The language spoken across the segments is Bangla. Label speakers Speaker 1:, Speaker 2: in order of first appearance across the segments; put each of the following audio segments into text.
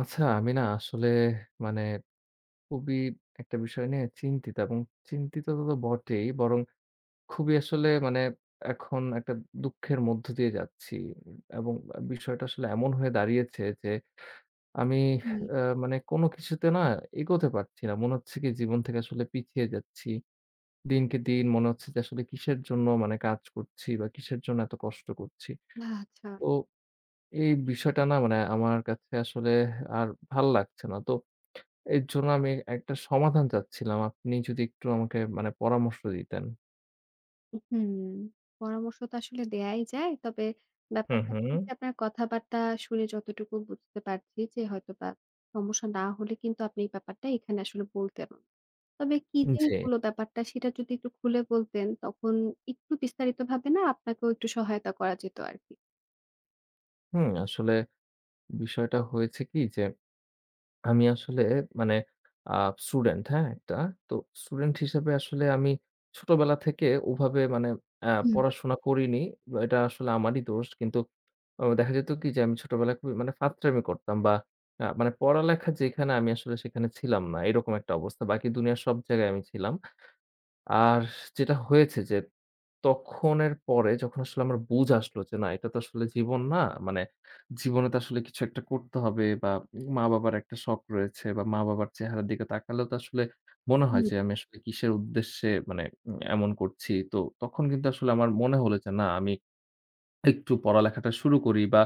Speaker 1: আচ্ছা, আমি না আসলে মানে খুবই একটা বিষয় নিয়ে চিন্তিত এবং চিন্তিত তো বটেই বরং খুবই আসলে মানে এখন একটা দুঃখের মধ্য দিয়ে যাচ্ছি এবং বিষয়টা আসলে এমন হয়ে দাঁড়িয়েছে যে আমি
Speaker 2: হুম,
Speaker 1: মানে কোনো কিছুতে না এগোতে পারছি না। মনে হচ্ছে কি জীবন থেকে আসলে পিছিয়ে যাচ্ছি। দিনকে দিন মনে হচ্ছে যে আসলে কিসের জন্য মানে কাজ করছি বা কিসের জন্য এত কষ্ট করছি।
Speaker 2: আচ্ছা।
Speaker 1: তো এই বিষয়টা না মানে আমার কাছে আসলে আর ভাল লাগছে না। তো এর জন্য আমি একটা সমাধান চাচ্ছিলাম। আপনি যদি একটু আমাকে মানে পরামর্শ দিতেন।
Speaker 2: হুম, পরামর্শ তো আসলে দেয়াই যায়। তবে
Speaker 1: হু,
Speaker 2: ব্যাপারটা
Speaker 1: হু।
Speaker 2: হলো যে আপনার কথাবার্তা শুনে যতটুকু বুঝতে পারছি যে হয়তোবা সমস্যা না হলে কিন্তু আপনি এই ব্যাপারটা এখানে আসলে বলতেন না। তবে কি যে
Speaker 1: জি।
Speaker 2: হলো ব্যাপারটা সেটা যদি একটু খুলে বলতেন তখন একটু বিস্তারিতভাবে না আপনাকেও একটু সহায়তা করা যেত আরকি।
Speaker 1: হুম, আসলে বিষয়টা হয়েছে কি যে, আমি আসলে মানে আ স্টুডেন্ট, হ্যাঁ? একটা। তো স্টুডেন্ট হিসেবে আসলে আমি ছোটবেলা থেকে ওভাবে মানে
Speaker 2: হুম,
Speaker 1: পড়াশোনা করিনি। এটা আসলে আমারই দোষ। কিন্তু ও দেখা যেত কি যে, আমি ছোটবেলায় খুবই মানে ফাত্রামি করতাম বা মানে পড়ালেখা যেখানে আমি আসলে সেখানে ছিলাম না। এরকম একটা অবস্থা। বাকি দুনিয়ার সব জায়গায় আমি ছিলাম। আর যেটা হয়েছে যে তখনের পরে যখন আসলে আমার বুঝ আসলো যে না এটা তো আসলে জীবন না। মানে জীবনে তো আসলে কিছু একটা করতে হবে বা মা-বাবার একটা শখ রয়েছে বা মা-বাবার চেহারার দিকে তাকালেও তো আসলে মনে হয়
Speaker 2: হুম,
Speaker 1: যে আমি আসলে কিসের উদ্দেশ্যে মানে এমন করছি। তো তখন কিন্তু আসলে আমার মনে হলো যে না আমি একটু পড়ালেখাটা শুরু করি বা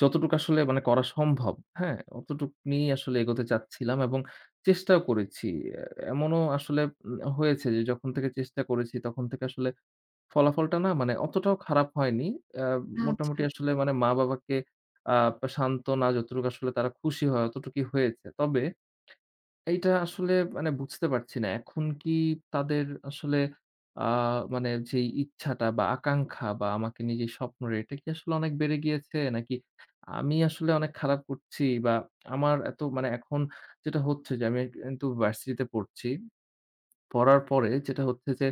Speaker 1: যতটুকু আসলে মানে করা সম্ভব, হ্যাঁ? অতটুক নিয়েই আসলে এগোতে চাচ্ছিলাম এবং চেষ্টাও করেছি। এ এমনও আসলে হয়েছে যে যখন থেকে চেষ্টা করেছি তখন থেকে আসলে ফলাফলটা না মানে অতটাও খারাপ হয়নি। আ মোটামুটি
Speaker 2: আচ্ছা।
Speaker 1: আসলে মানে মা-বাবাকে আ শান্তনা যতটুকু আসলে তারা খুশি হয় অতটুকুই হয়েছে। তবে এইটা আসলে মানে বুঝতে পারছি না। এখন কি তাদের আসলে আ মানে যেই ইচ্ছাটা বা আকাঙ্খা বা আমাকে নিয়ে যে স্বপ্নর এটা কি আসলে অনেক বেড়ে গিয়েছে? নাকি আমি আসলে অনেক খারাপ করছি বা আমার এত মানে এখন যেটা হচ্ছে যে আমি কিন্তু ভার্সিটিতে পড়ছি। পড়ার পরে যেটা হচ্ছে যে,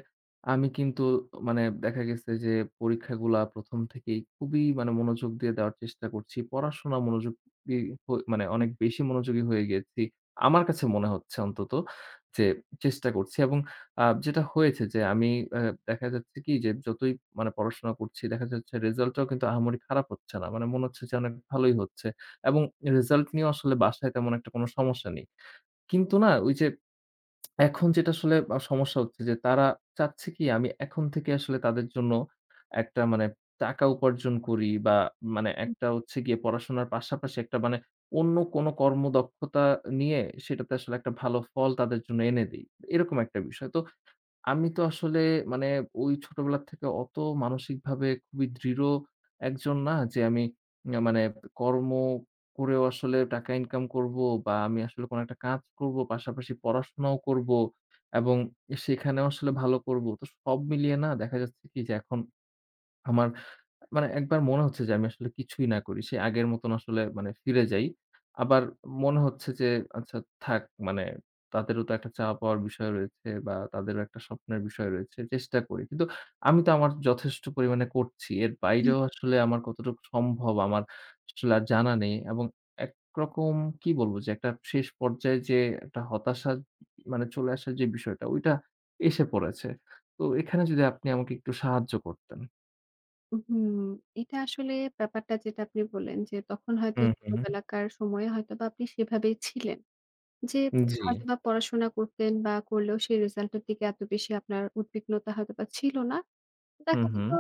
Speaker 1: আমি কিন্তু মানে দেখা গেছে যে পরীক্ষাগুলা ১ম থেকেই খুবই মানে মনোযোগ দিয়ে দেওয়ার চেষ্টা করছি। পড়াশোনা মনোযোগ দিয়ে মানে অনেক বেশি মনোযোগী হয়ে গিয়েছি। আমার কাছে মনে হচ্ছে অন্তত যে চেষ্টা করছি এবং যেটা হয়েছে যে আমি আ দেখা যাচ্ছে কি যে যতই মানে পড়াশোনা করছি দেখা যাচ্ছে রেজাল্টটাও কিন্তু আহামরি খারাপ হচ্ছে না। মানে মনে হচ্ছে যে অনেক ভালোই হচ্ছে এবং রেজাল্ট নিয়েও আসলে বাসায় তেমন একটা কোনো সমস্যা নেই। কিন্তু না ওই যে এখন যেটা আসলে সমস্যা হচ্ছে যে তারা চাচ্ছে কি আমি এখন থেকে আসলে তাদের জন্য একটা মানে টাকা উপার্জন করি বা মানে একটা হচ্ছে গিয়ে পড়াশোনার পাশাপাশি একটা মানে অন্য কোনো কর্মদক্ষতা নিয়ে সেটাতে আসলে একটা ভালো ফল তাদের জন্য এনে দেই। এরকম একটা বিষয়। তো আমি তো আসলে মানে ওই ছোটবেলা থেকে অত মানসিকভাবে খুবই দৃঢ় একজন না যে আমি মানে কর্ম করেও আসলে টাকা ইনকাম করব বা আমি আসলে কোনো একটা কাজ করব, পাশাপাশি পড়াশোনাও করব এবং সেখানেও আসলে ভালো করব। তো সব মিলিয়ে না দেখা যাচ্ছে কি যে এখন আমার মানে একবার মনে হচ্ছে যে আমি আসলে কিছুই না করি। সেই আগের মতন আসলে মানে ফিরে যাই। আবার মনে হচ্ছে যে আচ্ছা থাক মানে তাদেরও তো একটা চাওয়া পাওয়ার বিষয় রয়েছে বা তাদেরও একটা স্বপ্নের বিষয় রয়েছে। চেষ্টা করি। কিন্তু আমি তো আমার যথেষ্ট পরিমাণে করছি। এর
Speaker 2: হুম,
Speaker 1: বাইরেও আসলে আমার কতটুকু সম্ভব আমার আসলে আর জানা নেই এবং একরকম কি বলবো যে একটা শেষ পর্যায়ে যে একটা হতাশা মানে চলে আসার যে বিষয়টা ওইটা এসে পড়েছে। তো এখানে যদি আপনি আমাকে একটু সাহায্য করতেন।
Speaker 2: হুম, এটা আসলে ব্যাপারটা যেটা আপনি বললেন যে তখন হয়তো
Speaker 1: হুম, হুম।
Speaker 2: ছোটবেলাকার সময়ে হয়তোবা আপনি সেভাবেই ছিলেন। যে
Speaker 1: জি।
Speaker 2: হয়তোবা পড়াশোনা করতেন বা করলেও সেই রেজাল্ট এর দিকে এত বেশি আপনার উদ্বিগ্নতা হয়তোবা ছিল না।
Speaker 1: হুম,
Speaker 2: দেখা যেত
Speaker 1: হুম।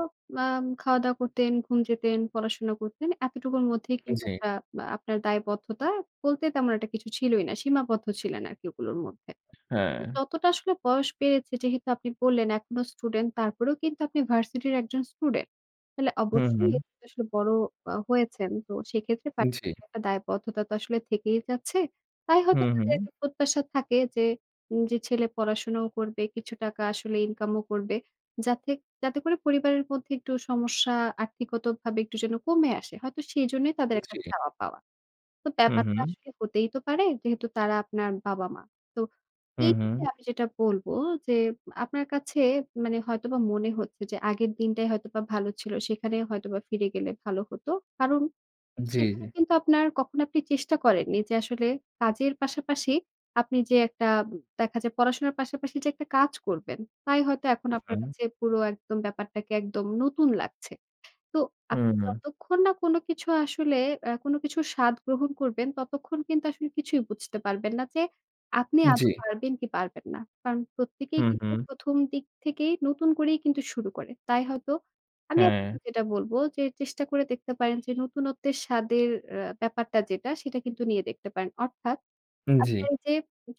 Speaker 2: খাওয়া-দাওয়া করতেন, ঘুম যেতেন, পড়াশোনা করতেন। এতটুকুর মধ্যেই কিন্তু
Speaker 1: জি,
Speaker 2: একটা আপনার দায়বদ্ধতা বলতে তেমন একটা কিছু ছিলই না। সীমাবদ্ধ ছিলেন আরকি ওগুলোর মধ্যে।
Speaker 1: হ্যাঁ।
Speaker 2: কিন্তু যতটা আসলে বয়স বেড়েছে যেহেতু আপনি বললেন এখনো স্টুডেন্ট তারপরেও কিন্তু আপনি ভার্সিটির একজন স্টুডেন্ট। তাহলে
Speaker 1: হুম,
Speaker 2: অবশ্যই
Speaker 1: হুম।
Speaker 2: এতে তো আসলে বড় হয়েছেন। তো সেক্ষেত্রে
Speaker 1: জি।
Speaker 2: পারিবারিক একটা দায়বদ্ধতা তো আসলে থেকেই যাচ্ছে। তাই হয়তো
Speaker 1: হুম, হুম।
Speaker 2: তাদের একটা প্রত্যাশা থাকে যে ছেলে পড়াশোনাও করবে, কিছু টাকা আসলে ইনকামও করবে। যাতে যাতে করে পরিবারের মধ্যে একটু সমস্যা আর্থিকগতভাবে একটু যেন কমে আসে। হয়তো সেজন্যই তাদের একটা
Speaker 1: জি।
Speaker 2: চাওয়া পাওয়া। তো
Speaker 1: হুম,
Speaker 2: ব্যাপারটা
Speaker 1: হুম।
Speaker 2: আসলে হতেই তো পারে যেহেতু তারা আপনার বাবা-মা। তো
Speaker 1: হুম,
Speaker 2: এই
Speaker 1: হুম।
Speaker 2: ক্ষেত্রে আমি যেটা বলব যে, আপনার কাছে মানে হয়তোবা মনে হচ্ছে যে, আগের দিনটাই হয়তোবা ভালো ছিল। সেখানে হয়তোবা ফিরে গেলে ভালো হতো। কারণ
Speaker 1: জি, জি।
Speaker 2: সেখানে কিন্তু আপনার কখনো আপনি চেষ্টা করেননি যে, আসলে কাজের পাশাপাশি আপনি যে একটা দেখা যায় পড়াশোনার পাশাপাশি যে একটা কাজ করবেন, তাই হয়তো এখন আপনার
Speaker 1: হুম,
Speaker 2: কাছে পুরো একদম ব্যাপারটাকে একদম নতুন লাগছে। তো
Speaker 1: হুম,
Speaker 2: আপনি
Speaker 1: হুম।
Speaker 2: যতক্ষণ না কোনো কিছু আসলে কোনো কিছুর স্বাদ গ্রহণ করবেন, ততক্ষণ কিন্তু আসলে কিছুই বুঝতে পারবেন না যে, আপনি
Speaker 1: জি।
Speaker 2: আদৌ পারবেন কি পারবেন না। কারণ প্রত্যেকেই
Speaker 1: হুম,
Speaker 2: কিন্তু
Speaker 1: হুম।
Speaker 2: ১ম দিক থেকেই নতুন করেই কিন্তু শুরু করে। তাই হয়তো আমি
Speaker 1: হ্যাঁ।
Speaker 2: আপনাকে যেটা বলব যে, চেষ্টা করে দেখতে পারেন যে, নতুনত্বের স্বাদের ব্যাপারটা যেটা, সেটা কিন্তু নিয়ে দেখতে পারেন। অর্থাৎ
Speaker 1: জি।
Speaker 2: আপনার এই যে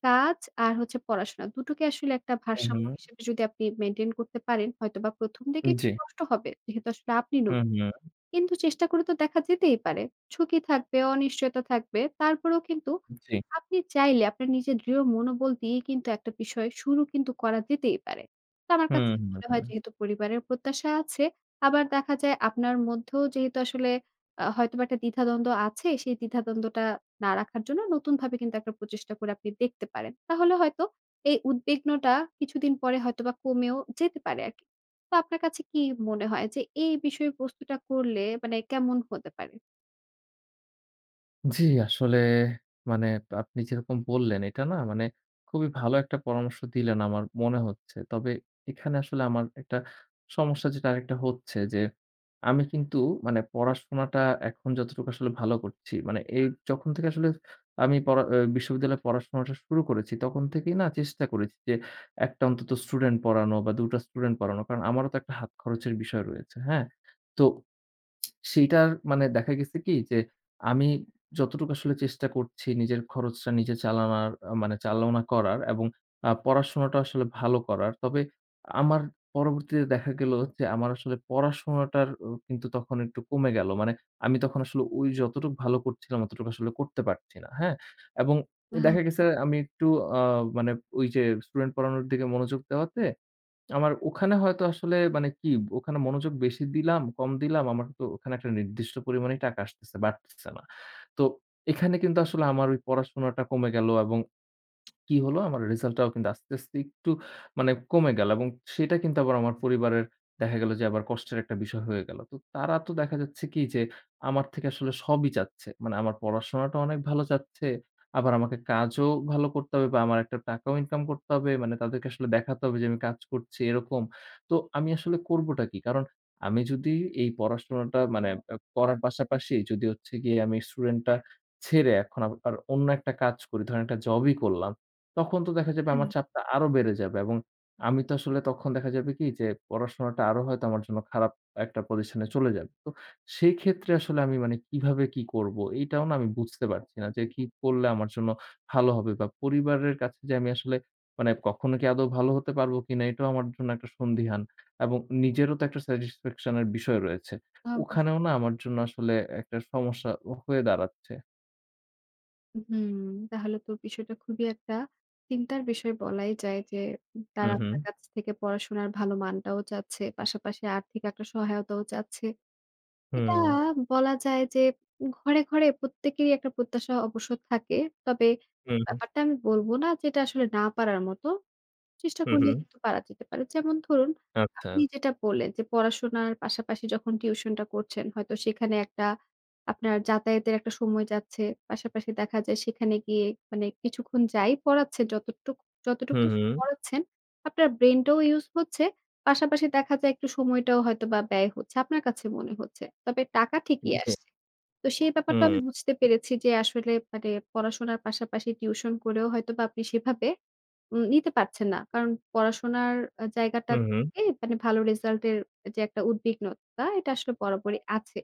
Speaker 2: কাজ আর হচ্ছে পড়াশোনা, দুটোকে আসলে একটা
Speaker 1: হুম,
Speaker 2: ভারসাম্য
Speaker 1: হুম।
Speaker 2: হিসেবে যদি আপনি মেইনটেইন করতে পারেন, হয়তোবা ১ম দিকে একটু
Speaker 1: জি।
Speaker 2: কষ্ট হবে। যেহেতু আসলে আপনি নতুন।
Speaker 1: হুম, হুম।
Speaker 2: কিন্তু চেষ্টা করে তো দেখা যেতেই পারে। ঝুঁকি থাকবে, অনিশ্চয়তা থাকবে। তারপরেও কিন্তু
Speaker 1: জি।
Speaker 2: আপনি চাইলে আপনার নিজের দৃঢ় মনোবল দিয়ে কিন্তু একটা বিষয় শুরু কিন্তু করা যেতেই পারে। তো আমার
Speaker 1: হুম,
Speaker 2: কাছে
Speaker 1: হুম,
Speaker 2: মনে হয়
Speaker 1: হুম।
Speaker 2: যেহেতু পরিবারের প্রত্যাশা আছে, আবার দেখা যায় আপনার মধ্যেও যেহেতু আসলে হয়তোবা একটা দ্বিধাদ্বন্দ্ব আছে, সেই দ্বিধাদ্বন্দ্বটা না রাখার জন্য নতুনভাবে কিন্তু একটা প্রচেষ্টা করে আপনি দেখতে পারেন। তাহলে হয়তো এই উদ্বিগ্নটা কিছুদিন পরে হয়তোবা কমেও যেতে পারে আরকি। তো আপনার কাছে কি মনে হয় যে এই বিষয়বস্তুটা করলে মানে কেমন হতে পারে?
Speaker 1: জি, আসলে মানে আপনি যেরকম বললেন এটা না মানে খুবই ভালো একটা পরামর্শ দিলেন আমার মনে হচ্ছে। তবে এখানে আসলে আমার একটা সমস্যা যেটা আরেকটা হচ্ছে যে, আমি কিন্তু মানে পড়াশোনাটা এখন যতটুকু আসলে ভালো করছি মানে এই যখন থেকে আসলে আমি পড়া আ বিশ্ববিদ্যালয়ে পড়াশোনাটা শুরু করেছি তখন থেকেই না চেষ্টা করেছি যে, একটা অন্তত স্টুডেন্ট পড়ানো বা ২টা টা স্টুডেন্ট পড়ানো। কারণ আমারও তো একটা হাত খরচের বিষয় রয়েছে। হ্যাঁ? তো সেইটার মানে দেখা গেছে কি যে, আমি যতটুকু আসলে চেষ্টা করছি নিজের খরচটা নিজে চালানার আ মানে চালনা করার এবং পড়াশোনাটা আসলে ভালো করার। তবে আমার পরবর্তীতে দেখা গেল যে, আমার আসলে পড়াশোনাটার ও কিন্তু তখন একটু কমে গেল। মানে আমি তখন আসলে ওই যতটুক ভালো করছিলাম অতটুকু আসলে করতে পারছি না। হ্যাঁ? এবং
Speaker 2: আহ
Speaker 1: দেখা গেছে আমি একটু আ মানে ওই যে স্টুডেন্ট পড়ানোর দিকে মনোযোগ দেওয়াতে আমার ওখানে হয়তো আসলে মানে কি ওখানে মনোযোগ বেশি দিলাম, কম দিলাম, আমার তো ওখানে একটা নির্দিষ্ট পরিমাণেই টাকা আসতেছে, বাড়তেছে না। তো এখানে কিন্তু আসলে আমার ওই পড়াশোনাটা কমে গেল এবং কি হলো? আমার রেজাল্টটাও কিন্তু আস্তে, আস্তে একটু মানে কমে গেল এবং সেটা কিন্তু আবার আমার পরিবারের দেখা গেল যে আবার কষ্টের একটা বিষয় হয়ে গেল। তো তারা তো দেখা যাচ্ছে কি যে আমার থেকে আসলে সবই চাচ্ছে। মানে আমার পড়াশোনাটা অনেক ভালো চাচ্ছে। আবার আমাকে কাজও ভালো করতে হবে বা আমার একটা টাকাও ইনকাম করতে হবে। মানে তাদেরকে আসলে দেখাতে হবে যে আমি কাজ করছি এরকম। তো আমি আসলে করবোটা কি? কারণ আমি যদি এই পড়াশোনাটা মানে করার পাশাপাশি যদি হচ্ছে গিয়ে আমি স্টুডেন্টটা ছেড়ে এখন আবার অন্য একটা কাজ করি, ধরেন একটা জবই করলাম। তখন তো দেখা যাবে
Speaker 2: হ্যাঁ,
Speaker 1: আমার চাপটা আরো বেড়ে যাবে এবং আমি তো আসলে তখন দেখা যাবে কি যে পড়াশোনাটা আরো হয়তো আমার জন্য খারাপ একটা পজিশনে চলে যাবে। তো সেই ক্ষেত্রে আসলে আমি মানে কিভাবে কি করব? এইটাও না আমি বুঝতে পারছি না যে কি করলে আমার জন্য ভালো হবে বা পরিবারের কাছে যে আমি আসলে মানে কখনো কি আদৌ ভালো হতে পারবো কিনা এটাও আমার জন্য একটা সন্দিহান এবং নিজেরও তো একটা স্যাটিসফ্যাকশন এর বিষয় রয়েছে।
Speaker 2: অবশ্যই।
Speaker 1: ওখানেও না আমার জন্য আসলে একটা সমস্যা হয়ে দাঁড়াচ্ছে।
Speaker 2: হুম, তাহলে তো বিষয়টা খুবই একটা চিন্তার বিষয় বলাই যায় যে
Speaker 1: হু,
Speaker 2: তারা
Speaker 1: হু।
Speaker 2: আপনার কাছ থেকে পড়াশোনার ভালো মানটাও চাচ্ছে, পাশাপাশি আর্থিক একটা সহায়তাও চাচ্ছে। এটা
Speaker 1: হুম,
Speaker 2: বলা যায় যে ঘরে, ঘরে প্রত্যেকেরই একটা প্রত্যাশা অবশ্য থাকে। তবে
Speaker 1: হুম, হুম,
Speaker 2: ব্যাপারটা আমি বলব না যে এটা আসলে না পারার মতো। চেষ্টা
Speaker 1: হুম,
Speaker 2: করলে
Speaker 1: হুম,
Speaker 2: কিন্তু পারা যেতে পারে। যেমন ধরুন,
Speaker 1: আচ্ছা।
Speaker 2: আপনি যেটা বললেন যে পড়াশোনার পাশাপাশি যখন টিউশনটা করছেন, হয়তো সেখানে একটা আপনার যাতায়াতের একটা সময় যাচ্ছে। পাশাপাশি দেখা যায় সেখানে গিয়ে মানে কিছুক্ষণ যাই পড়াচ্ছেন,
Speaker 1: হুম,
Speaker 2: যতটুকু
Speaker 1: হুম।
Speaker 2: আসলে পড়াচ্ছেন, আপনার ব্রেইনটাও ইউজ হচ্ছে। পাশাপাশি দেখা যায় একটু সময়টাও হয়তোবা ব্যয় হচ্ছে। আপনার কাছে মনে হচ্ছে। তবে টাকা ঠিকই
Speaker 1: জি।
Speaker 2: আসছে। তো সেই ব্যাপারটা আমি
Speaker 1: হুম,
Speaker 2: বুঝতে পেরেছি যে আসলে মানে পড়াশোনার পাশাপাশি টিউশন করেও হয়তোবা আপনি সেভাবে নিতে পারছেন না। কারণ পড়াশোনার জায়গাটা
Speaker 1: হুম, হুম,
Speaker 2: থেকে মানে ভালো রেজাল্ট এর যে একটা উদ্বিগ্নতা এটা আসলে বরাবরই আছে।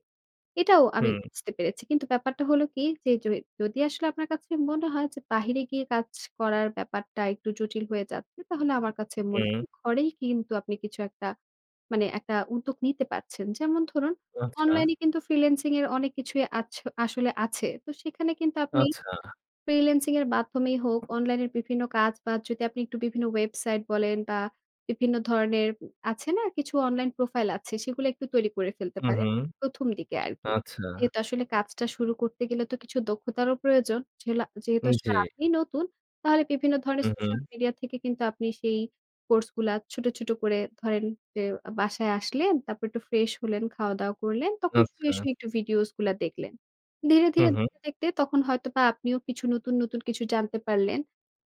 Speaker 2: এটাও আমি
Speaker 1: হুম,
Speaker 2: বুঝতে পেরেছি। কিন্তু ব্যাপারটা হলো কি যে যদি আসলে আপনার কাছে মনে হয় যে বাহিরে গিয়ে কাজ করার ব্যাপারটা একটু জটিল হয়ে যাচ্ছে, তাহলে আমার কাছে মনে
Speaker 1: হুম।
Speaker 2: হয় ঘরেই কিন্তু আপনি কিছু একটা মানে একটা উদ্যোগ নিতে পারছেন। যেমন ধরুন
Speaker 1: আচ্ছা,
Speaker 2: অনলাইনে কিন্তু ফ্রিল্যান্সিং এর অনেক কিছুই আসলে আছে। তো সেখানে কিন্তু আপনি
Speaker 1: আচ্ছা।
Speaker 2: ফ্রিল্যান্সিং এর মাধ্যমেই হোক, অনলাইনের বিভিন্ন কাজ বা যদি আপনি একটু বিভিন্ন ওয়েবসাইট বলেন বা বিভিন্ন ধরনের আছে না কিছু অনলাইন প্রোফাইল আছে সেগুলো একটু তৈরি করে ফেলতে
Speaker 1: হুম,
Speaker 2: পারেন
Speaker 1: হুম।
Speaker 2: ১ম দিকে আরকি।
Speaker 1: আচ্ছা।
Speaker 2: যেহেতু আসলে কাজটা শুরু করতে গেলে তো কিছু দক্ষতারও প্রয়োজন। যেহেতু
Speaker 1: জি।
Speaker 2: আসলে আপনি নতুন। তাহলে বিভিন্ন ধরনের
Speaker 1: হুম, হুম।
Speaker 2: সোশ্যাল মিডিয়া থেকে কিন্তু আপনি সেই কোর্স গুলা ছোট, ছোট করে ধরেন যে বাসায় আসলেন, তারপর একটু ফ্রেশ হলেন, খাওয়া-দাওয়া করলেন, তখন
Speaker 1: আচ্ছা।
Speaker 2: শুয়ে, শুয়ে একটু ভিডিওস গুলা দেখলেন। ধীরে,
Speaker 1: হুম,
Speaker 2: ধীরে
Speaker 1: হুম।
Speaker 2: দেখতে, দেখতে তখন হয়তোবা আপনিও কিছু নতুন, নতুন কিছু জানতে পারলেন।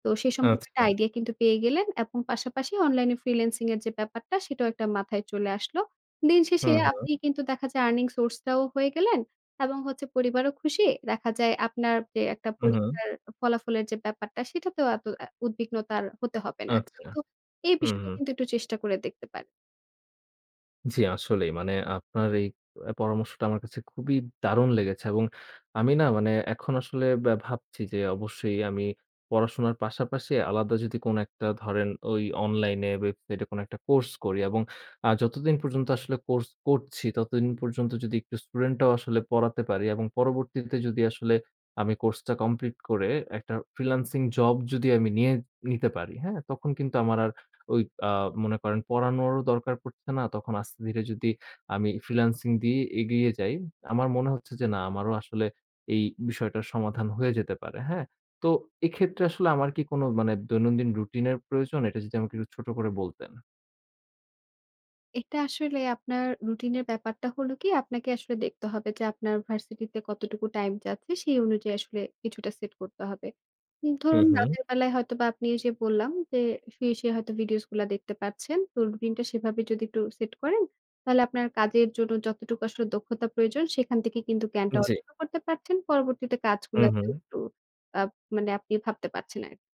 Speaker 2: তো সে সম্পর্কে
Speaker 1: আচ্ছা।
Speaker 2: একটা আইডিয়া কিন্তু পেয়ে গেলেন এবং পাশাপাশি অনলাইনে ফ্রিল্যান্সিং এর যে ব্যাপারটা সেটাও একটা মাথায় চলে আসলো। দিন শেষে
Speaker 1: হুম,
Speaker 2: আপনি
Speaker 1: হুম,
Speaker 2: কিন্তু দেখা যায় আর্নিং সোর্স টাও হয়ে গেলেন এবং হচ্ছে পরিবারও খুশি। দেখা যায় আপনার যে একটা
Speaker 1: হুম, হুম।
Speaker 2: পরীক্ষার ফলাফলের যে ব্যাপারটা সেটাতেও এত উদ্বিগ্নতা আর হতে হবে না।
Speaker 1: আচ্ছা।
Speaker 2: কিন্তু এই
Speaker 1: হুম,
Speaker 2: বিষয়টা
Speaker 1: হুম।
Speaker 2: কিন্তু একটু চেষ্টা করে দেখতে পারেন।
Speaker 1: জি, আসলেই। মানে আপনার এই পরামর্শটা আমার কাছে খুবই দারুণ লেগেছে এবং আমি না মানে এখন আসলে ভাবছি যে অবশ্যই আমি পড়াশোনার পাশাপাশি আলাদা যদি কোনো একটা ধরেন ওই অনলাইনে ওয়েবসাইটে কোনো একটা কোর্স করি এবং যতদিন পর্যন্ত আসলে কোর্স করছি, ততদিন পর্যন্ত যদি একটু স্টুডেন্টরাও আসলে পড়াতে পারি এবং পরবর্তীতে যদি আসলে আমি কোর্সটা কমপ্লিট করে একটা ফ্রিল্যান্সিং জব যদি আমি নিয়ে নিতে পারি, হ্যাঁ? তখন কিন্তু আমার আর ওই আ মনে করেন পড়ানোরও দরকার পড়ছে না। তখন আস্তে ধীরে যদি আমি ফ্রিল্যান্সিং দিয়ে এগিয়ে যাই, আমার মনে হচ্ছে যে না আমারও আসলে এই বিষয়টার সমাধান হয়ে যেতে পারে। হ্যাঁ? তো এক্ষেত্রে আসলে আমার কি কোনো মানে দৈনন্দিন রুটিন এর প্রয়োজন? এটা যদি আমাকে একটু ছোট করে বলতেন।
Speaker 2: এটা আসলে আপনার রুটিনের ব্যাপারটা হলো কি আপনাকে আসলে দেখতে হবে যে আপনার ভার্সিটিতে কতটুকু টাইম যাচ্ছে সেই অনুযায়ী আসলে কিছুটা সেট করতে হবে।
Speaker 1: হুম,
Speaker 2: ধরুন
Speaker 1: হুম।
Speaker 2: রাতের বেলায় হয়তোবা আপনি এই যে বললাম যে শুয়ে, শুয়ে হয়তো ভিডিওস গুলা দেখতে পাচ্ছেন। তো রুটিনটা সেভাবে যদি একটু সেট করেন তাহলে আপনার কাজের জন্য যতটুকু আসলে দক্ষতা প্রয়োজন সেখান থেকে কিন্তু জ্ঞানটা
Speaker 1: জি।
Speaker 2: অর্জন করতে পারছেন। পরবর্তীতে
Speaker 1: হুম, হুম।
Speaker 2: কাজগুলাতেও একটু আ মানে আপনি ভাবতে পারছেন আরকি।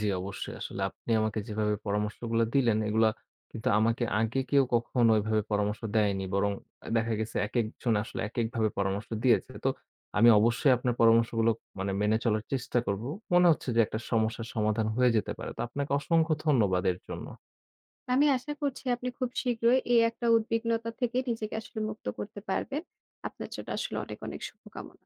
Speaker 1: জি, অবশ্যই। আসলে আপনি আমাকে যেভাবে পরামর্শগুলা দিলেন, এগুলা কিন্তু আমাকে আগে কেউ কখনো এভাবে পরামর্শ দেয়নি। বরং দেখা গেছে একেকজন আসলে একেকভাবে পরামর্শ দিয়েছে। তো আমি অবশ্যই আপনার পরামর্শগুলো মানে মেনে চলার চেষ্টা করব। মনে হচ্ছে যে একটা সমস্যার সমাধান হয়ে যেতে পারে। তো আপনাকে অসংখ্য ধন্যবাদ এর জন্য।
Speaker 2: আমি আশা করছি আপনি খুব শীঘ্রই এই একটা উদ্বিগ্নতা থেকে নিজেকে আসলে মুক্ত করতে পারবেন। আপনার জন্য আসলে অনেক, অনেক শুভকামনা।